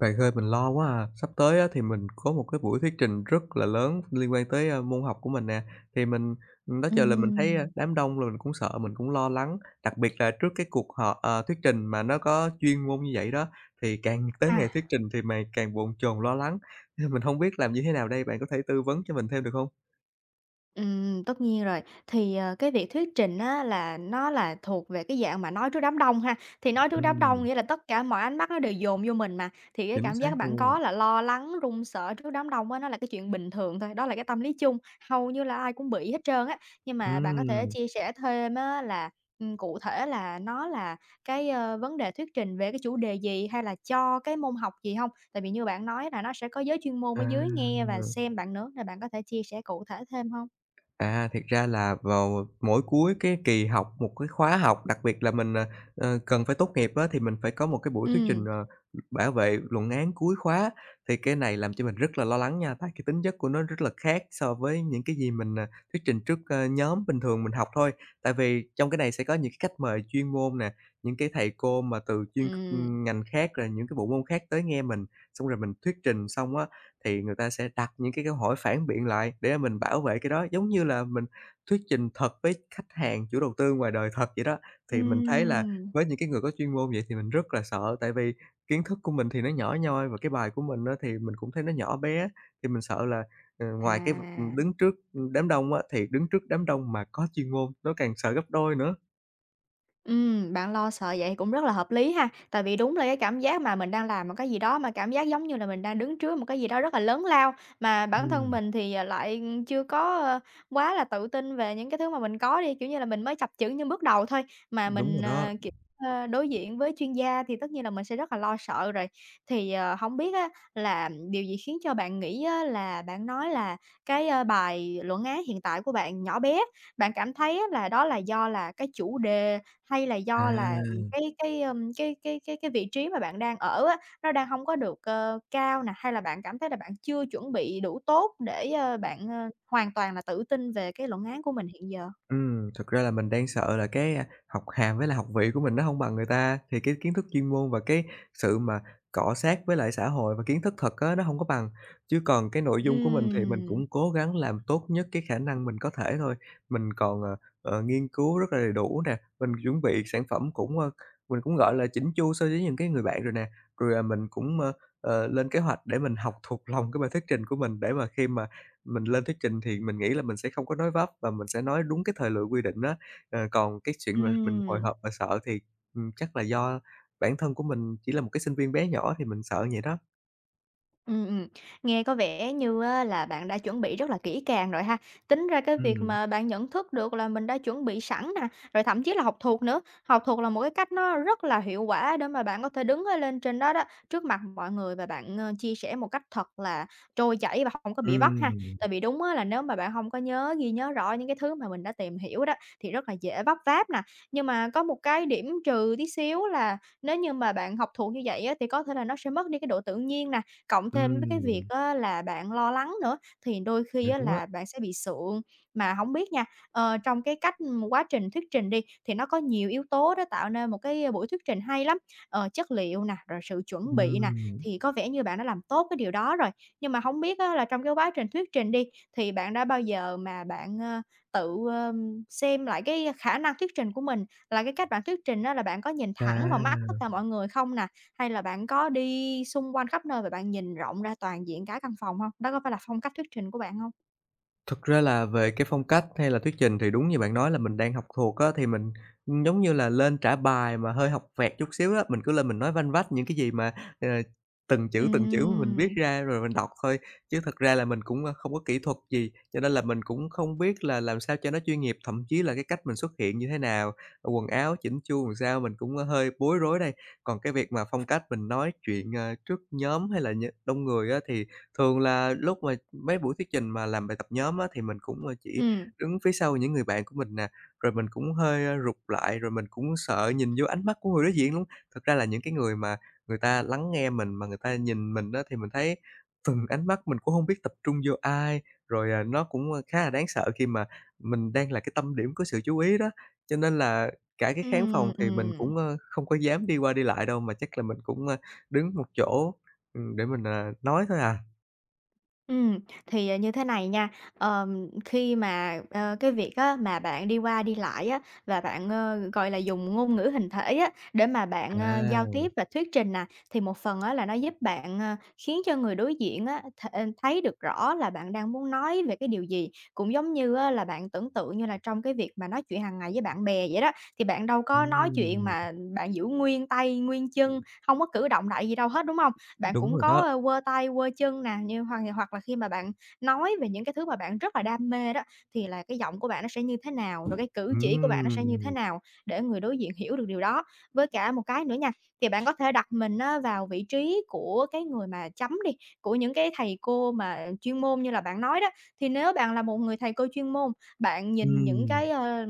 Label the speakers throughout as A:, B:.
A: Bạn ơi, mình lo quá à. Sắp tới á, thì mình có một cái buổi thuyết trình rất là lớn liên quan tới, môn học của mình nè. Thì mình, đó giờ là mình thấy,
B: Ừm.
A: đám đông rồi mình cũng sợ, mình cũng lo lắng, đặc biệt là trước cái cuộc họp thuyết trình mà nó có chuyên môn như vậy đó, thì càng tới
B: À,
A: ngày thuyết trình thì mày càng bồn chồn lo lắng, nên mình không biết làm như thế nào đây, bạn có thể tư vấn cho mình thêm được không?
B: Tất nhiên rồi. Thì, cái việc thuyết trình á là nó là thuộc về cái dạng mà nói trước đám đông ha. Thì nói trước đám đông
A: Ừm,
B: nghĩa là tất cả mọi ánh mắt nó đều dồn vô mình mà, thì cái
A: chính
B: cảm
A: xác
B: giác bạn
A: luôn.
B: có là lo lắng, run sợ trước đám đông á, nó là cái chuyện bình thường thôi, đó là cái tâm lý chung, hầu như là ai cũng bị hết trơn á. Nhưng mà bạn có thể
A: Ừm,
B: chia sẻ thêm á là, cụ thể là nó là cái, vấn đề thuyết trình về cái chủ đề gì hay là cho cái môn học gì không? Tại vì như bạn nói là nó sẽ có giới chuyên môn ở dưới nghe và
A: à.
B: xem bạn nữa, nên bạn có thể chia sẻ cụ thể thêm không?
A: À, thiệt ra là vào mỗi cuối cái kỳ học, một cái khóa học, đặc biệt là mình, cần phải tốt nghiệp á, thì mình phải có một cái buổi thuyết trình,
B: Ừm,
A: bảo vệ luận án cuối khóa. Thì cái này làm cho mình rất là lo lắng nha, tại cái tính chất của nó rất là khác so với những cái gì mình, thuyết trình trước, nhóm bình thường mình học thôi. Tại vì trong cái này sẽ có những cái khách mời chuyên môn nè, những cái thầy cô mà từ chuyên,
B: ừm.
A: ngành khác, rồi những cái bộ môn khác tới nghe mình, xong rồi mình thuyết trình xong á thì người ta sẽ đặt những cái câu hỏi phản biện lại để mình bảo vệ cái đó, giống như là mình thuyết trình thật với khách hàng, chủ đầu tư ngoài đời thật vậy đó. Thì mình thấy là
B: Ừm.
A: với những cái người có chuyên môn vậy thì mình rất là sợ, tại vì kiến thức của mình thì nó nhỏ nhoi và cái bài của mình á, thì mình cũng thấy nó nhỏ bé, thì mình sợ là, ờ, ngoài cái v ừ,
B: À,
A: đứng trước, đám đông á, thì đứng trước đám đông mà có chuyên môn nó càng sợ gấp đôi nữa.
B: Bạn lo sợ vậy cũng rất là hợp lý ha. Tại vì đúng là cái cảm giác mà mình đang làm một cái gì đó mà cảm giác giống như là mình đang đứng trước một cái gì đó rất là lớn lao, mà bản thân
A: Ừm,
B: mình thì, à, lại chưa có, quá là tự tin về những cái thứ mà mình có đi, kiểu như là, mình mới chập chững những bước đầu thôi, mà
A: đúng rồi
B: mình,
A: đó.
B: kiểu, đối diện với chuyên gia thì tất nhiên là mình sẽ rất là lo sợ rồi. Thì, hổng biết á là điều gì khiến cho bạn nghĩ á là bạn nói là cái, bài luận án hiện tại của bạn nhỏ bé? Bạn cảm thấy á là đó là do là cái chủ đề hay là do là,
A: À.
B: cái, ưm, cái vị trí mà bạn đang ở á, nó đang hông có được, cao nè, hay là bạn cảm thấy là bạn chưa chuẩn bị đủ tốt để, bạn, hoàn toàn là tự tin về cái luận án của mình hiện giờ?
A: Thực ra là mình đang sợ là cái, học hàm với là học vị của mình nó không bằng người ta, thì cái kiến thức chuyên môn và cái sự mà cọ xát với lại xã hội và kiến thức thật á, nó không có bằng. Chứ còn cái nội dung của mình thì mình
B: Ừm,
A: cũng cố gắng làm tốt nhất cái khả năng mình có thể thôi. Mình còn, nghiên cứu rất là đầy đủ nè, mình chuẩn bị sản phẩm cũng, mình cũng, gọi là, chỉnh chu so với những cái người bạn rồi nè. Rồi, mình cũng, lên kế hoạch để mình học thuộc lòng cái bài thuyết trình của mình để mà khi mà mình lên thuyết trình thì mình nghĩ là mình sẽ không có nói vấp và mình sẽ nói đúng cái thời lượng quy định á. Còn cái chuyện mà mình hồi
B: ừm.
A: hộp và sợ thì, chắc là do bản thân của mình chỉ là một cái sinh viên bé nhỏ thì mình sợ vậy đó.
B: Ừm, ừm. Nghe có vẻ như á là bạn đã chuẩn bị rất là kỹ càng rồi ha. Tính ra cái việc
A: Ừm,
B: mà bạn nhận thức được là mình đã chuẩn bị sẵn nè, rồi thậm chí là học thuộc nữa. Học thuộc là một cái cách nó rất là hiệu quả để mà bạn có thể đứng ở lên trên đó đó, trước mặt mọi người và bạn, chia sẻ một cách thật là trôi chảy và không có bị vấp ha.
A: ừm,
B: Tại vì đúng á là nếu mà bạn không có nhớ, ghi nhớ rõ những cái thứ mà mình đã tìm hiểu đó, thì rất là dễ vấp váp nè. Nhưng mà có một cái điểm trừ tí xíu là nếu như mà bạn học thuộc như vậy á, thì có thể là nó sẽ mất đi cái độ tự nhiên nè. Cộng thêm với cái việc
A: ừm,
B: á là bạn lo lắng nữa, thì đôi khi
A: nói
B: á
A: đúng á.
B: là bạn sẽ bị sượng. Mà không biết nha, trong cái cách quá trình thuyết trình đi, thì nó có nhiều yếu tố đó tạo nên một cái buổi thuyết trình hay lắm, chất liệu nè, rồi sự chuẩn bị nè,
A: Ừm,
B: thì có vẻ như bạn đã làm tốt cái điều đó rồi. Nhưng mà không biết á là trong cái quá trình thuyết trình đi, thì bạn đã bao giờ mà bạn, tự, xem lại cái khả năng thuyết trình của mình, là cái cách bạn thuyết trình đó là bạn có nhìn thẳng vào mắt
A: à.
B: tất cả mọi người không nè? Hay là bạn có đi xung quanh khắp nơi và bạn nhìn rộng ra toàn diện cả căn phòng hông? Đó có phải là phong cách thuyết trình của bạn hông?
A: Thực ra là về cái phong cách hay là thuyết trình thì đúng như bạn nói là mình đang học thuộc á, thì mình, giống như là, lên trả bài mà hơi học vẹt chút xíu á, mình cứ lên mình nói vanh vách những cái gì mà, ờ, từng chữ mình viết
B: Ừm,
A: ra rồi mình đọc thôi, chứ thật ra là mình cũng, không có kỹ thuật gì, cho nên là mình cũng không biết là làm sao cho nó chuyên nghiệp, thậm chí là cái cách mình xuất hiện như thế nào, quần áo chỉnh chu làm sao, mình cũng, hơi bối rối đây. Còn cái việc mà phong cách mình nói chuyện, trước nhóm hay là đông người á thì thường là lúc mà mấy buổi thuyết trình mà làm bài tập nhóm á, thì mình cũng, chỉ
B: ừm,
A: đứng phía sau những người bạn của mình nè, rồi mình cũng hơi, rụt lại, rồi mình cũng sợ nhìn vô ánh mắt của người đối diện luôn. Thực ra là những cái người mà người ta lắng nghe mình, mà người ta nhìn mình đó thì mình thấy từng ánh mắt mình cũng không biết tập trung vô ai, rồi, nó cũng, khá là đáng sợ khi mà mình đang là cái tâm điểm của sự chú ý đó. Cho nên là cả cái khán phòng
B: ừm,
A: thì mình
B: ừm.
A: cũng, không có dám đi qua đi lại đâu, mà chắc là mình cũng, đứng một chỗ, để mình, nói thôi à.
B: Ừm, thì, như thế này nha, khi mà, cái việc á mà bạn đi qua đi lại á, và bạn, gọi là, dùng ngôn ngữ hình thể á, để mà
A: À,
B: bạn, giao tiếp và thuyết trình nè, thì một phần á là nó giúp bạn, khiến cho người đối diện á thấy được rõ là bạn đang muốn nói về cái điều gì. Cũng giống như á là bạn tưởng tượng như là trong cái việc mà nói chuyện hàng ngày với bạn bè vậy đó, thì bạn đâu có nói chuyện mà bạn giữ nguyên tay, nguyên chân, hông có cử động đại gì đâu hết, đúng hông? Bạn
A: đúng
B: cũng
A: rồi đó.
B: có, quơ tay, quơ chân nè, như hoặc hoặc là khi mà bạn nói về những cái thứ mà bạn rất là đam mê đó, thì là cái giọng của bạn nó sẽ như thế nào, rồi cái cử chỉ của bạn nó sẽ như thế
A: Ừm,
B: nào để người đối diện hiểu được điều đó. Với cả một cái nữa nha, thì bạn có thể đặt mình á vào vị trí của cái người mà chấm đi, của những cái thầy cô mà chuyên môn như là bạn nói đó. Thì nếu bạn là một người thầy cô chuyên môn, bạn nhìn những
A: ừm,
B: cái,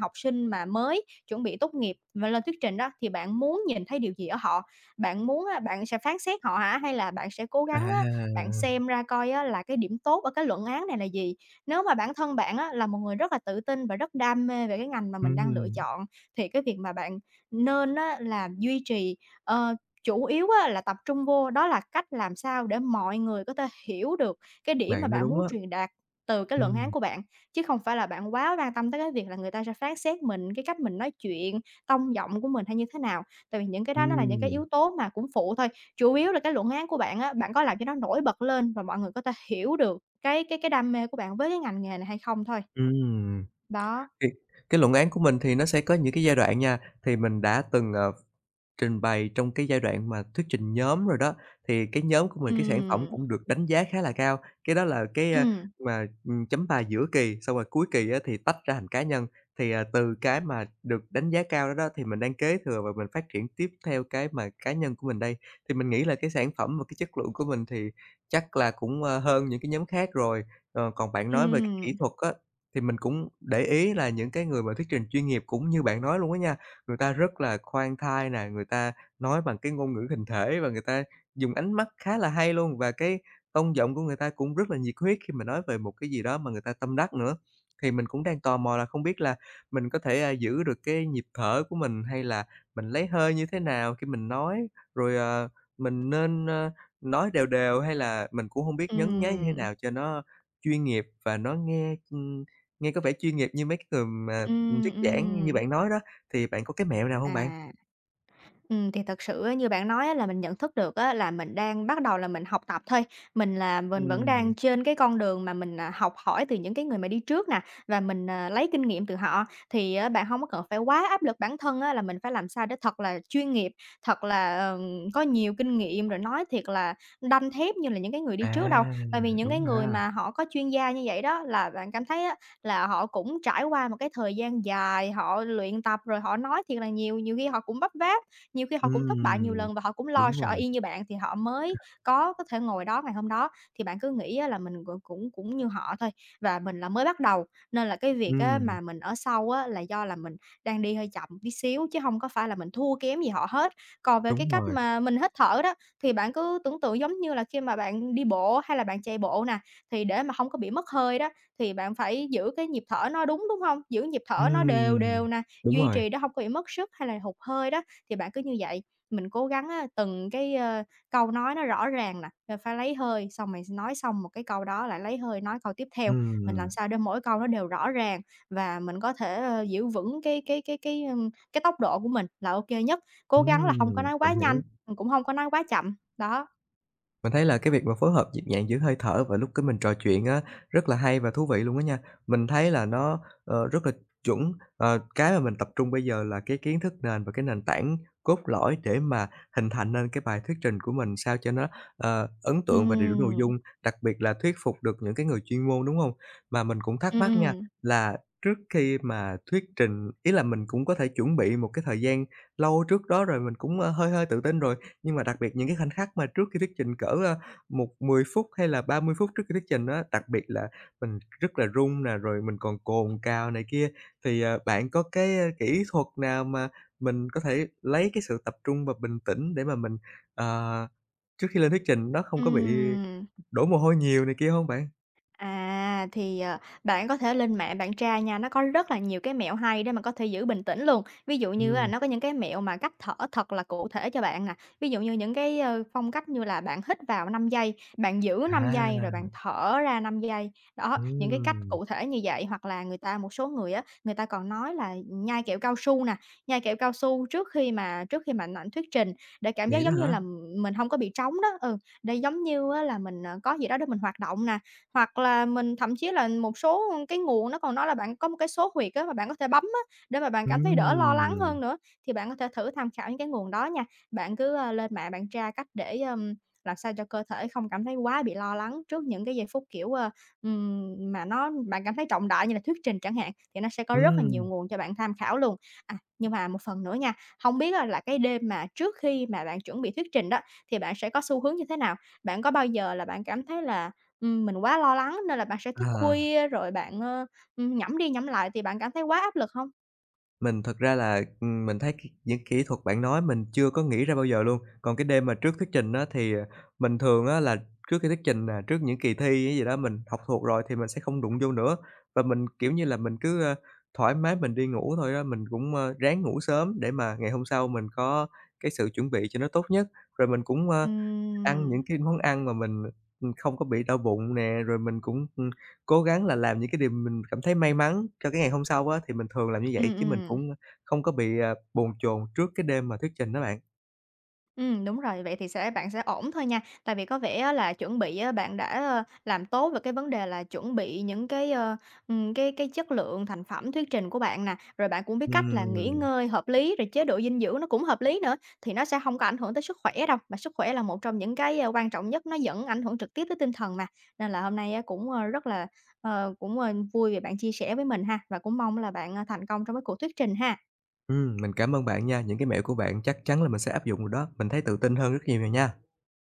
B: học sinh mà mới chuẩn bị tốt nghiệp và lên thuyết trình đó, thì bạn muốn nhìn thấy điều gì ở họ? Bạn muốn á, bạn sẽ phán xét họ hả? Hay là bạn sẽ cố gắng á, bạn
A: à,
B: xem ra coi á, là cái điểm tốt ở cái luận án này là gì? Nếu mà bản thân bạn á, là một người rất là tự tin và rất đam mê về cái ngành mà mình đang lựa
A: ừm,
B: chọn, thì cái việc mà bạn nên á, là duy trì, ờ, chủ yếu á, là tập trung vô đó là cách làm sao để mọi người có thể hiểu được cái điểm mà
A: bạn nói
B: bạn
A: đúng
B: muốn
A: á.
B: truyền đạt từ cái luận án
A: Ừm,
B: của bạn, chứ không phải là bạn quá quan tâm tới cái việc là người ta sẽ phán xét mình, cái cách mình nói chuyện, tông giọng của mình hay như thế nào. Tại vì những cái đó nó là những cái
A: ừm,
B: yếu tố mà cũng phụ thôi, chủ yếu là cái luận án của bạn á, bạn có làm cho nó nổi bật lên và mọi người có thể hiểu được cái đam mê của bạn với cái ngành nghề này hay không thôi.
A: ừm.
B: Đó.
A: Thì cái luận án của mình thì nó sẽ có những cái giai đoạn nha, thì mình đã từng, trình bày trong cái giai đoạn mà thuyết trình nhóm rồi đó, thì cái nhóm của mình, cái sản phẩm
B: Ừm,
A: cũng được đánh giá khá là cao. Cái đó là cái,
B: ừm,
A: mà, chấm bài giữa kỳ, xong rồi cuối kỳ á thì tách ra thành cá nhân. Thì, từ cái mà được đánh giá cao đó đó, thì mình đang kế thừa và mình phát triển tiếp theo cái mà cá nhân của mình đây. Thì mình nghĩ là cái sản phẩm và cái chất lượng của mình thì chắc là cũng, hơn những cái nhóm khác rồi. Còn bạn nói về cái kỹ
B: ừm,
A: thuật á, thì mình cũng để ý là những cái người mà thuyết trình chuyên nghiệp cũng như bạn nói luôn á nha, người ta rất là khoan thai nè, người ta nói bằng cái ngôn ngữ hình thể và người ta dùng ánh mắt khá là hay luôn, và cái tông giọng của người ta cũng rất là nhiệt huyết khi mà nói về một cái gì đó mà người ta tâm đắc nữa. Thì mình cũng đang tò mò là không biết là mình có thể, giữ được cái nhịp thở của mình hay là mình lấy hơi như thế nào khi mình nói? Rồi, mình nên, nói đều đều hay là mình cũng không biết nhấn nháy như thế
B: ừm,
A: nào cho nó chuyên nghiệp và nó nghe, nghe có vẻ chuyên nghiệp như mấy cái người mà,
B: ừm,
A: thuyết giảng như
B: ừm.
A: bạn nói đó. Thì bạn có cái mẹo nào hông bạn?
B: À. Thì thật sự á, như bạn nói á, là mình nhận thức được á, là mình đang bắt đầu là mình học tập thôi. Mình là mình vẫn
A: Ừm,
B: đang trên cái con đường mà mình, à, học hỏi từ những cái người mà đi trước nè, và mình, à, lấy kinh nghiệm từ họ. Thì á, bạn không có cần phải quá áp lực bản thân á, là mình phải làm sao để thật là chuyên nghiệp, thật là, có nhiều kinh nghiệm, rồi nói thiệt là đanh thép như là những cái người đi trước đâu.
A: à,
B: Tại vì những cái
A: đúng
B: người
A: ha.
B: mà họ có chuyên gia như vậy đó, là bạn cảm thấy á, là họ cũng trải qua một cái thời gian dài, họ luyện tập, rồi họ nói thiệt là nhiều, nhiều khi họ cũng vấp váp nhiều khi họ cũng thất bại nhiều
A: Ừm,
B: lần và họ cũng lo
A: đúng
B: sợ
A: rồi,
B: y như bạn thì họ mới có thể ngồi đó ngày hôm đó. Thì bạn cứ nghĩ á là mình cũng cũng cũng như họ thôi và mình là mới bắt đầu, nên là cái việc á
A: ừm,
B: mà mình ở sau á là do là mình đang đi hơi chậm tí xíu chứ không có phải là mình thua kém gì họ hết. Còn về cái
A: đúng
B: cách
A: rồi,
B: mà mình hít thở đó, thì bạn cứ tưởng tượng giống như là khi mà bạn đi bộ hay là bạn chạy bộ nè, thì để mà không có bị mất hơi đó, thì bạn phải giữ cái nhịp thở nó đúng, đúng không? Giữ nhịp thở nó đều
A: ừm,
B: đều nè,
A: đúng
B: duy
A: rồi,
B: trì đó không có bị mất sức hay là hụt hơi đó. Thì bạn cứ như vậy, mình cố gắng á, từng cái, câu nói nó rõ ràng nè, rồi phải lấy hơi, xong mình nói xong một cái câu đó lại lấy hơi nói câu tiếp theo. Mình
A: ừm,
B: làm sao để mỗi câu nó đều rõ ràng và mình có thể, giữ vững cái tốc độ của mình là ok nhất. Cố gắng là
A: ừm,
B: không có nói
A: mình
B: quá nhanh,
A: hiểu.
B: cũng không có nói quá chậm. Đó.
A: Mình thấy là cái việc mà phối hợp nhịp nhàng giữa hơi thở và lúc cái mình trò chuyện á, rất là hay và thú vị luôn á nha. Mình thấy là nó, rất là chuẩn, cái mà mình tập trung bây giờ là cái kiến thức nền và cái nền tảng cốt lõi để mà hình thành nên cái bài thuyết trình của mình sao cho nó, ấn tượng và đầy đủ nội
B: Ừm,
A: dung, đặc biệt là thuyết phục được những cái người chuyên môn, đúng hông? Mà mình cũng thắc
B: ừm,
A: mắc nha,
B: ừm,
A: là trước khi mà thuyết trình ý là mình cũng có thể chuẩn bị một cái thời gian lâu trước đó rồi, mình cũng, hơi hơi tự tin rồi. Nhưng mà đặc biệt những cái khoảnh khắc mà trước khi thuyết trình cỡ, một 10 phút hay là 30 phút trước khi thuyết trình á, đặc biệt là mình rất là run nè, rồi mình còn cồn cào này kia, thì, bạn có cái, kỹ thuật nào mà mình có thể lấy cái sự tập trung và bình tĩnh để mà mình, ờ, trước khi lên thuyết trình nó không có bị
B: ừm.
A: đổ mồ hôi nhiều này kia không bạn?
B: À, thì, bạn có thể lên mạng bạn tra nha, nó có rất là nhiều cái mẹo hay để mà có thể giữ bình tĩnh luôn. Ví dụ như là
A: Ừm,
B: nó có những cái mẹo mà cách thở thật là cụ thể cho bạn nè, ví dụ như những cái, phong cách như là bạn hít vào 5 giây, bạn giữ 5 giây, rồi
A: à,
B: bạn thở ra 5 giây. Đó, những cái cách
A: ừm,
B: cụ thể như vậy, hoặc là người ta một số người á, người ta còn nói là nhai kẹo cao su nè, nhai kẹo cao su trước khi mà ảnh thuyết trình để cảm giác
A: vậy đó
B: giống như
A: hả?
B: là mình không có bị trống đó, ừ, để giống như á là mình, có gì đó để mình hoạt động nè. Hoặc là mình thậm chí là một số, cái nguồn nó còn nói là bạn có một cái số huyệt á mà bạn có thể bấm á, để mà bạn cảm thấy đỡ lo lắng
A: Ừm,
B: hơn nữa, thì bạn có thể thử tham khảo những cái nguồn đó nha. Bạn cứ, lên mạng bạn tra cách để, làm sao cho cơ thể không cảm thấy quá bị lo lắng trước những cái giây phút, kiểu, mà nó bạn cảm thấy trọng đại như là thuyết trình chẳng hạn, thì nó sẽ có rất là nhiều
A: ừm,
B: nguồn cho bạn tham khảo luôn. À, nhưng mà một phần nữa nha, không biết á là cái đêm mà trước khi mà bạn chuẩn bị thuyết trình đó, thì bạn sẽ có xu hướng như thế nào? Bạn có bao giờ là bạn cảm thấy là mình quá lo lắng nên là bạn sẽ thức
A: à.
B: khuya rồi bạn, nhẩm đi nhẩm lại thì bạn cảm thấy quá áp lực không?
A: Mình thật ra là, mình thấy những kỹ thuật bạn nói mình chưa có nghĩ ra bao giờ luôn. Còn cái đêm mà trước thuyết trình á thì, mình thường á là trước khi thuyết trình nè, trước những kỳ thi hay gì đó mình học thuộc rồi thì mình sẽ không đụng vô nữa. Và mình, kiểu như là, mình cứ, thoải mái mình đi ngủ thôi đó, mình cũng, ráng ngủ sớm để mà ngày hôm sau mình có cái sự chuẩn bị cho nó tốt nhất. Rồi mình cũng, ăn
B: Ừm.
A: những cái món ăn mà mình, không có bị đau bụng nè, rồi mình cũng, cố gắng là làm những cái điều mình cảm thấy may mắn cho cái ngày hôm sau á, thì mình thường làm như vậy
B: Ừm,
A: chứ mình
B: ừm.
A: cũng không có bị, bồn chồn trước cái đêm mà thuyết trình đó bạn.
B: Ừ đúng rồi, vậy thì sẽ bạn sẽ ổn thôi nha. Tại vì có vẻ á là chuẩn bị á, bạn đã, làm tốt về cái vấn đề là chuẩn bị những cái, cái chất lượng thành phẩm thuyết trình của bạn nè, rồi bạn cũng biết cách là nghỉ
A: Ừm,
B: ngơi hợp lý, rồi chế độ dinh dưỡng nó cũng hợp lý nữa, thì nó sẽ không có ảnh hưởng tới sức khỏe đâu, mà sức khỏe là một trong những cái, quan trọng nhất, nó vẫn ảnh hưởng trực tiếp tới tinh thần mà. Nên là hôm nay á cũng, rất là, cũng, vui vì bạn chia sẻ với mình ha, và cũng mong là bạn, thành công trong cái cuộc thuyết trình ha.
A: mình cảm ơn bạn nha, những cái mẹo của bạn chắc chắn là mình sẽ áp dụng rồi đó, mình thấy tự tin hơn rất nhiều rồi nha.